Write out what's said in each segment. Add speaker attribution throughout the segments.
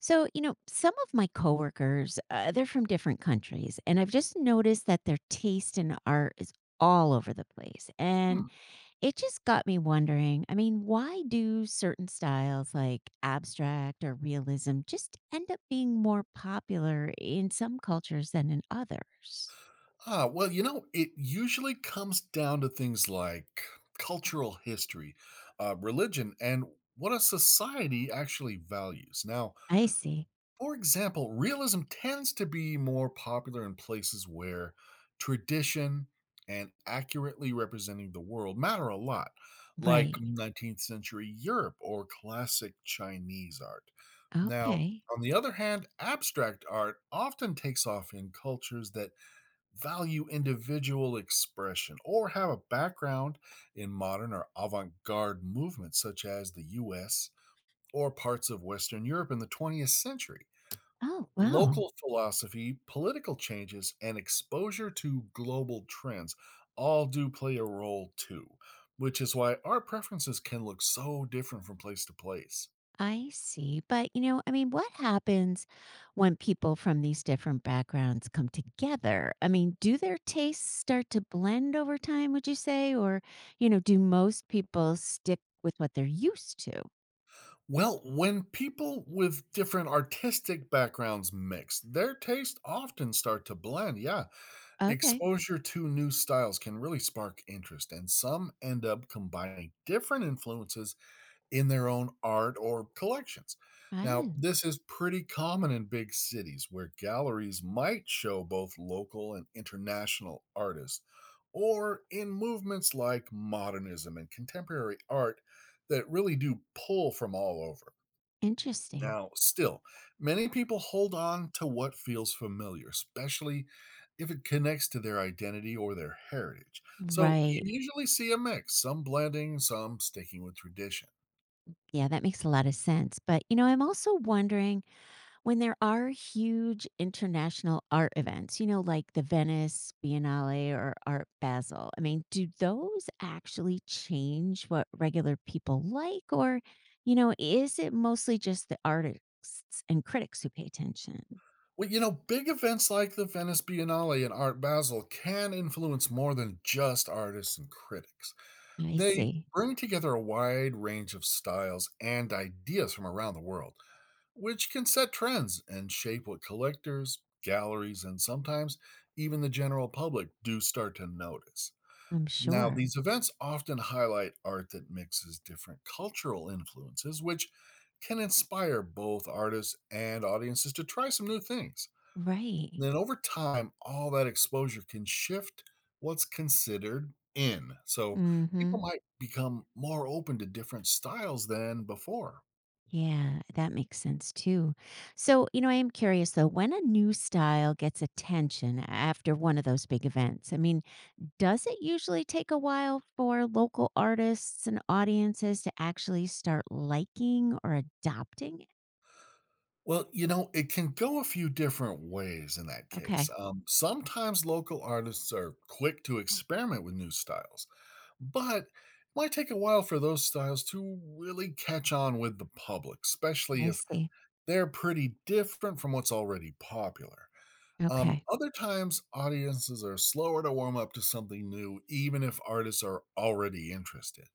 Speaker 1: So, you know, some of my coworkers, they're from different countries, and I've just noticed that their taste in art is all over the place.
Speaker 2: Hmm.
Speaker 1: And it just got me wondering. Why do certain styles like abstract or realism just end up being more popular in some cultures than in others?
Speaker 2: Ah, well, you know, it usually comes down to things like cultural history, religion, and what a society actually values. Now,
Speaker 1: I see.
Speaker 2: for example, realism tends to be more popular in places where tradition and accurately representing the world matter a lot, like
Speaker 1: Right.
Speaker 2: 19th century Europe or classic Chinese art. Now,
Speaker 1: Okay.
Speaker 2: on the other hand, abstract art often takes off in cultures that value individual expression, or have a background in modern or avant garde movements such as the US or parts of Western Europe in the 20th century.
Speaker 1: Oh, wow.
Speaker 2: Local philosophy, political changes, and exposure to global trends all do play a role too, which is why our preferences can look so different from place to place.
Speaker 1: I see. But, you know, I mean, what happens when people from these different backgrounds come together? I mean, do their tastes start to blend over time, would you say? Or, you know, do most people stick with what they're used to?
Speaker 2: Well, when people with different artistic backgrounds mix, their tastes often start to blend, yeah.
Speaker 1: Okay.
Speaker 2: Exposure to new styles can really spark interest, and some end up combining different influences in their own art or collections. Now,
Speaker 1: Ah,
Speaker 2: this is pretty common in big cities where galleries might show both local and international artists, or in movements like modernism and contemporary art that really do pull from all over.
Speaker 1: interesting.
Speaker 2: Now, still, many people hold on to what feels familiar, especially if it connects to their identity or their heritage. So you
Speaker 1: Right.
Speaker 2: usually see a mix, some blending, some sticking with tradition.
Speaker 1: Yeah, that makes a lot of sense. But, you know, I'm also wondering when there are huge international art events, you know, like the Venice Biennale or Art Basel. I mean, do those actually change what regular people like? Or, you know, is it mostly just the artists and critics who pay attention?
Speaker 2: Well, you know, big events like the Venice Biennale and Art Basel can influence more than just artists and critics.
Speaker 1: I
Speaker 2: They
Speaker 1: see.
Speaker 2: bring together a wide range of styles and ideas from around the world, which can set trends and shape what collectors, galleries, and sometimes even the general public do start to notice.
Speaker 1: I'm
Speaker 2: Now,
Speaker 1: sure.
Speaker 2: these events often highlight art that mixes different cultural influences, which can inspire both artists and audiences to try some new things.
Speaker 1: Right.
Speaker 2: Then, over time, all that exposure can shift what's considered in. So, people
Speaker 1: Hmm.
Speaker 2: might become more open to different styles than before.
Speaker 1: Yeah, that makes sense too. So, you know, I am curious though, when a new style gets attention after one of those big events, I mean, does it usually take a while for local artists and audiences to actually start liking or adopting it?
Speaker 2: Well, you know, it can go a few different ways in that case.
Speaker 1: Okay,
Speaker 2: Sometimes local artists are quick to experiment with new styles, but it might take a while for those styles to really catch on with the public, especially
Speaker 1: I
Speaker 2: if
Speaker 1: see.
Speaker 2: they're pretty different from what's already popular.
Speaker 1: Okay,
Speaker 2: Other times, audiences are slower to warm up to something new, even if artists are already interested.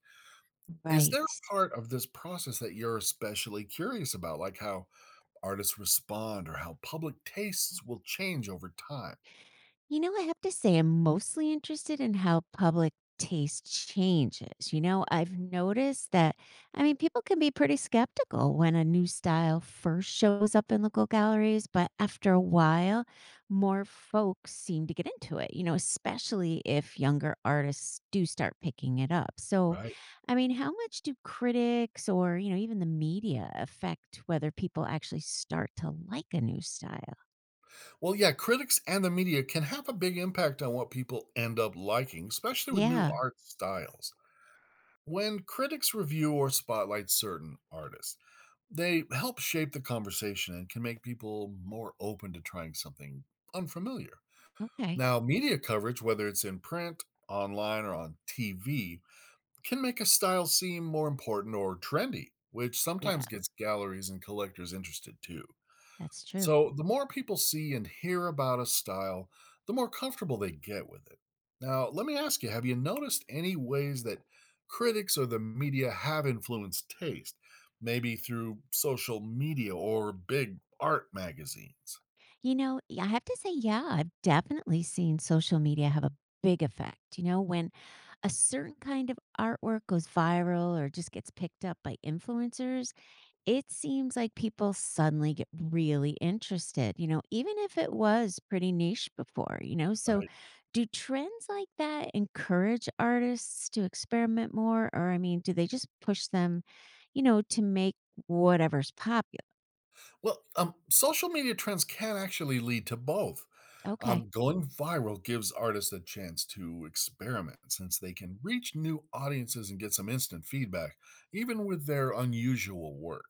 Speaker 2: Is there a
Speaker 1: right.
Speaker 2: part of this process that you're especially curious about, like how artists respond or how public tastes will change over time,
Speaker 1: You know, I have to say, I'm mostly interested in how public taste changes. You know, I've noticed that, I mean, people can be pretty skeptical when a new style first shows up in local galleries, but after a while, more folks seem to get into it, you know, especially if younger artists do start picking it up. So,
Speaker 2: right?
Speaker 1: I mean, how much do critics or, you know, even the media affect whether people actually start to like a new style?
Speaker 2: Well, yeah, critics and the media can have a big impact on what people end up liking, especially with new
Speaker 1: Yeah.
Speaker 2: art styles. When critics review or spotlight certain artists, they help shape the conversation and can make people more open to trying something unfamiliar.
Speaker 1: Okay.
Speaker 2: Now, media coverage, whether it's in print, online, or on TV, can make a style seem more important or trendy, which sometimes gets galleries and collectors interested too.
Speaker 1: That's true.
Speaker 2: So, the more people see and hear about a style, the more comfortable they get with it. Now, let me ask you, have you noticed any ways that critics or the media have influenced taste, maybe through social media or big art magazines?
Speaker 1: You know, I have to say, yeah, I've definitely seen social media have a big effect. You know, when a certain kind of artwork goes viral or just gets picked up by influencers, it seems like people suddenly get really interested, you know, even if it was pretty niche before, you know. So, do trends like that encourage artists to experiment more? Or, I mean, do they just push them, you know, to make whatever's popular?
Speaker 2: Well, social media trends can actually lead to both.
Speaker 1: Okay.
Speaker 2: Going viral gives artists a chance to experiment since they can reach new audiences and get some instant feedback, even with their unusual work.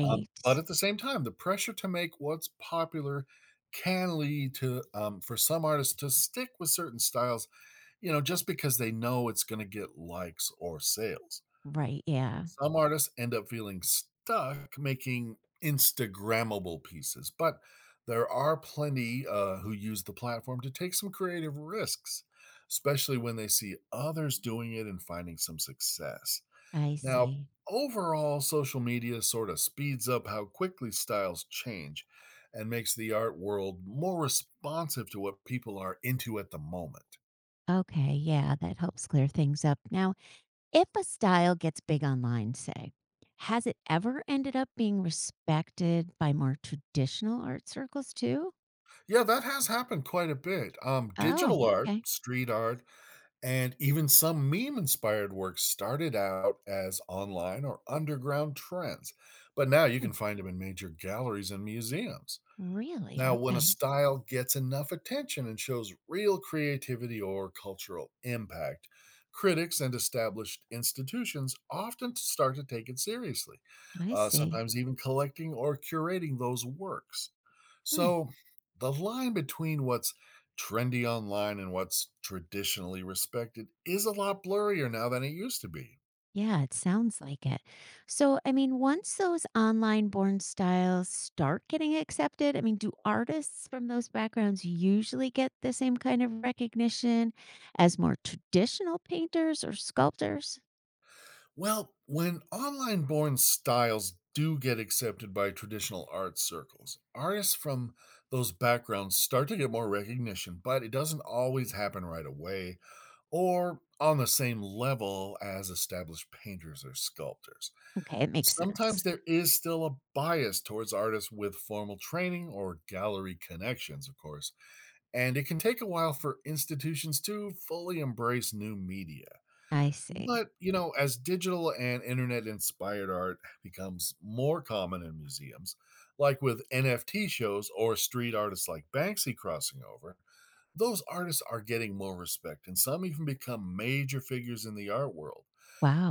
Speaker 2: But at the same time, the pressure to make what's popular can lead to for some artists to stick with certain styles, you know, just because they know it's going to get likes or sales.
Speaker 1: Right, yeah.
Speaker 2: Some artists end up feeling stuck making Instagrammable pieces, but there are plenty who use the platform to take some creative risks, especially when they see others doing it and finding some success.
Speaker 1: I
Speaker 2: Now,
Speaker 1: see.
Speaker 2: overall, social media sort of speeds up how quickly styles change and makes the art world more responsive to what people are into at the moment.
Speaker 1: Okay, yeah, that helps clear things up. Now, if a style gets big online, say, has it ever ended up being respected by more traditional art circles too?
Speaker 2: Yeah, that has happened quite a bit.
Speaker 1: Oh,
Speaker 2: Digital art,
Speaker 1: okay.
Speaker 2: street art, and even some meme inspired works started out as online or underground trends, but now you
Speaker 1: Hmm.
Speaker 2: can find them in major galleries and museums.
Speaker 1: Really?
Speaker 2: Now, when a
Speaker 1: Okay.
Speaker 2: style gets enough attention and shows real creativity or cultural impact, critics and established institutions often start to take it seriously,
Speaker 1: I see.
Speaker 2: sometimes even collecting or curating those works.
Speaker 1: Hmm.
Speaker 2: So, the line between what's trendy online and what's traditionally respected is a lot blurrier now than it used to be.
Speaker 1: Yeah, it sounds like it. So, I mean, once those online born styles start getting accepted, I mean, do artists from those backgrounds usually get the same kind of recognition as more traditional painters or sculptors?
Speaker 2: Well, when online born styles do get accepted by traditional art circles, artists from those backgrounds start to get more recognition, but it doesn't always happen right away or on the same level as established painters or sculptors.
Speaker 1: Okay, it makes
Speaker 2: Sometimes
Speaker 1: sense.
Speaker 2: there is still a bias towards artists with formal training or gallery connections, of course, and it can take a while for institutions to fully embrace new media.
Speaker 1: I see.
Speaker 2: But, you know, as digital and internet inspired art becomes more common in museums, like with NFT shows or street artists like Banksy crossing over, those artists are getting more respect and some even become major figures in the art world.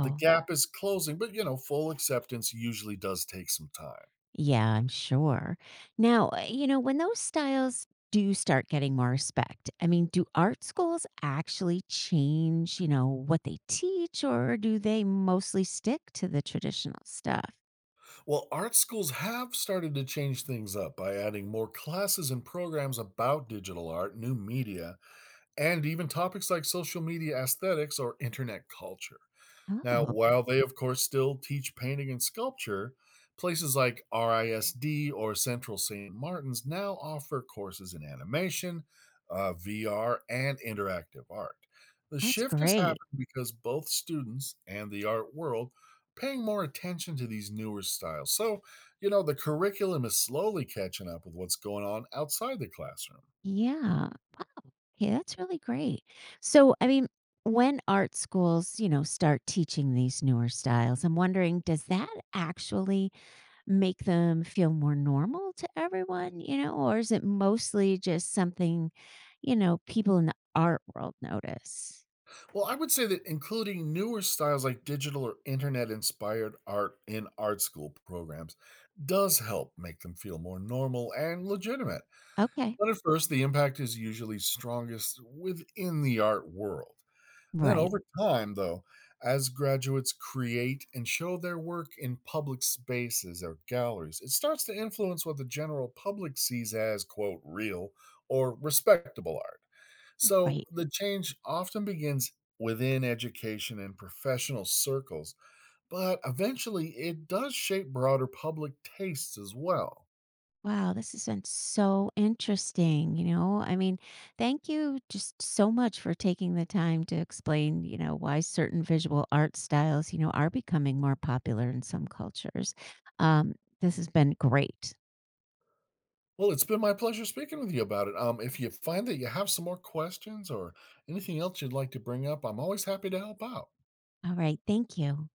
Speaker 2: The gap is closing, but you know, full acceptance usually does take some time.
Speaker 1: Yeah, I'm sure. Now, you know, when those styles do start getting more respect, I mean, do art schools actually change, you know, what they teach, or do they mostly stick to the traditional stuff?
Speaker 2: Well, art schools have started to change things up by adding more classes and programs about digital art, new media, and even topics like social media aesthetics or internet culture. Now,
Speaker 1: Oh,
Speaker 2: while they, of course, still teach painting and sculpture, places like RISD or Central St. Martin's now offer courses in animation, VR, and interactive art. The
Speaker 1: that's
Speaker 2: shift has
Speaker 1: great.
Speaker 2: happened because both students and the art world paying more attention to these newer styles. So, you know, the curriculum is slowly catching up with what's going on outside the classroom.
Speaker 1: Yeah. Yeah, that's really great. So, I mean, when art schools, you know, start teaching these newer styles, I'm wondering, does that actually make them feel more normal to everyone, you know, or is it mostly just something, you know, people in the art world notice?
Speaker 2: Well, I would say that including newer styles like digital or internet inspired art in art school programs does help make them feel more normal and legitimate.
Speaker 1: Okay.
Speaker 2: But at first, the impact is usually strongest within the art world. Then
Speaker 1: Right.
Speaker 2: over time, though, as graduates create and show their work in public spaces or galleries, it starts to influence what the general public sees as, quote, real or respectable art. So
Speaker 1: Right.
Speaker 2: the change often begins within education and professional circles, but eventually it does shape broader public tastes as well.
Speaker 1: Wow, this has been so interesting, you know. I mean, thank you just so much for taking the time to explain, you know, why certain visual art styles, you know, are becoming more popular in some cultures. Um, this has been great.
Speaker 2: Well, it's been my pleasure speaking with you about it. If you find that you have some more questions or anything else you'd like to bring up, I'm always happy to help out.
Speaker 1: All right, thank you.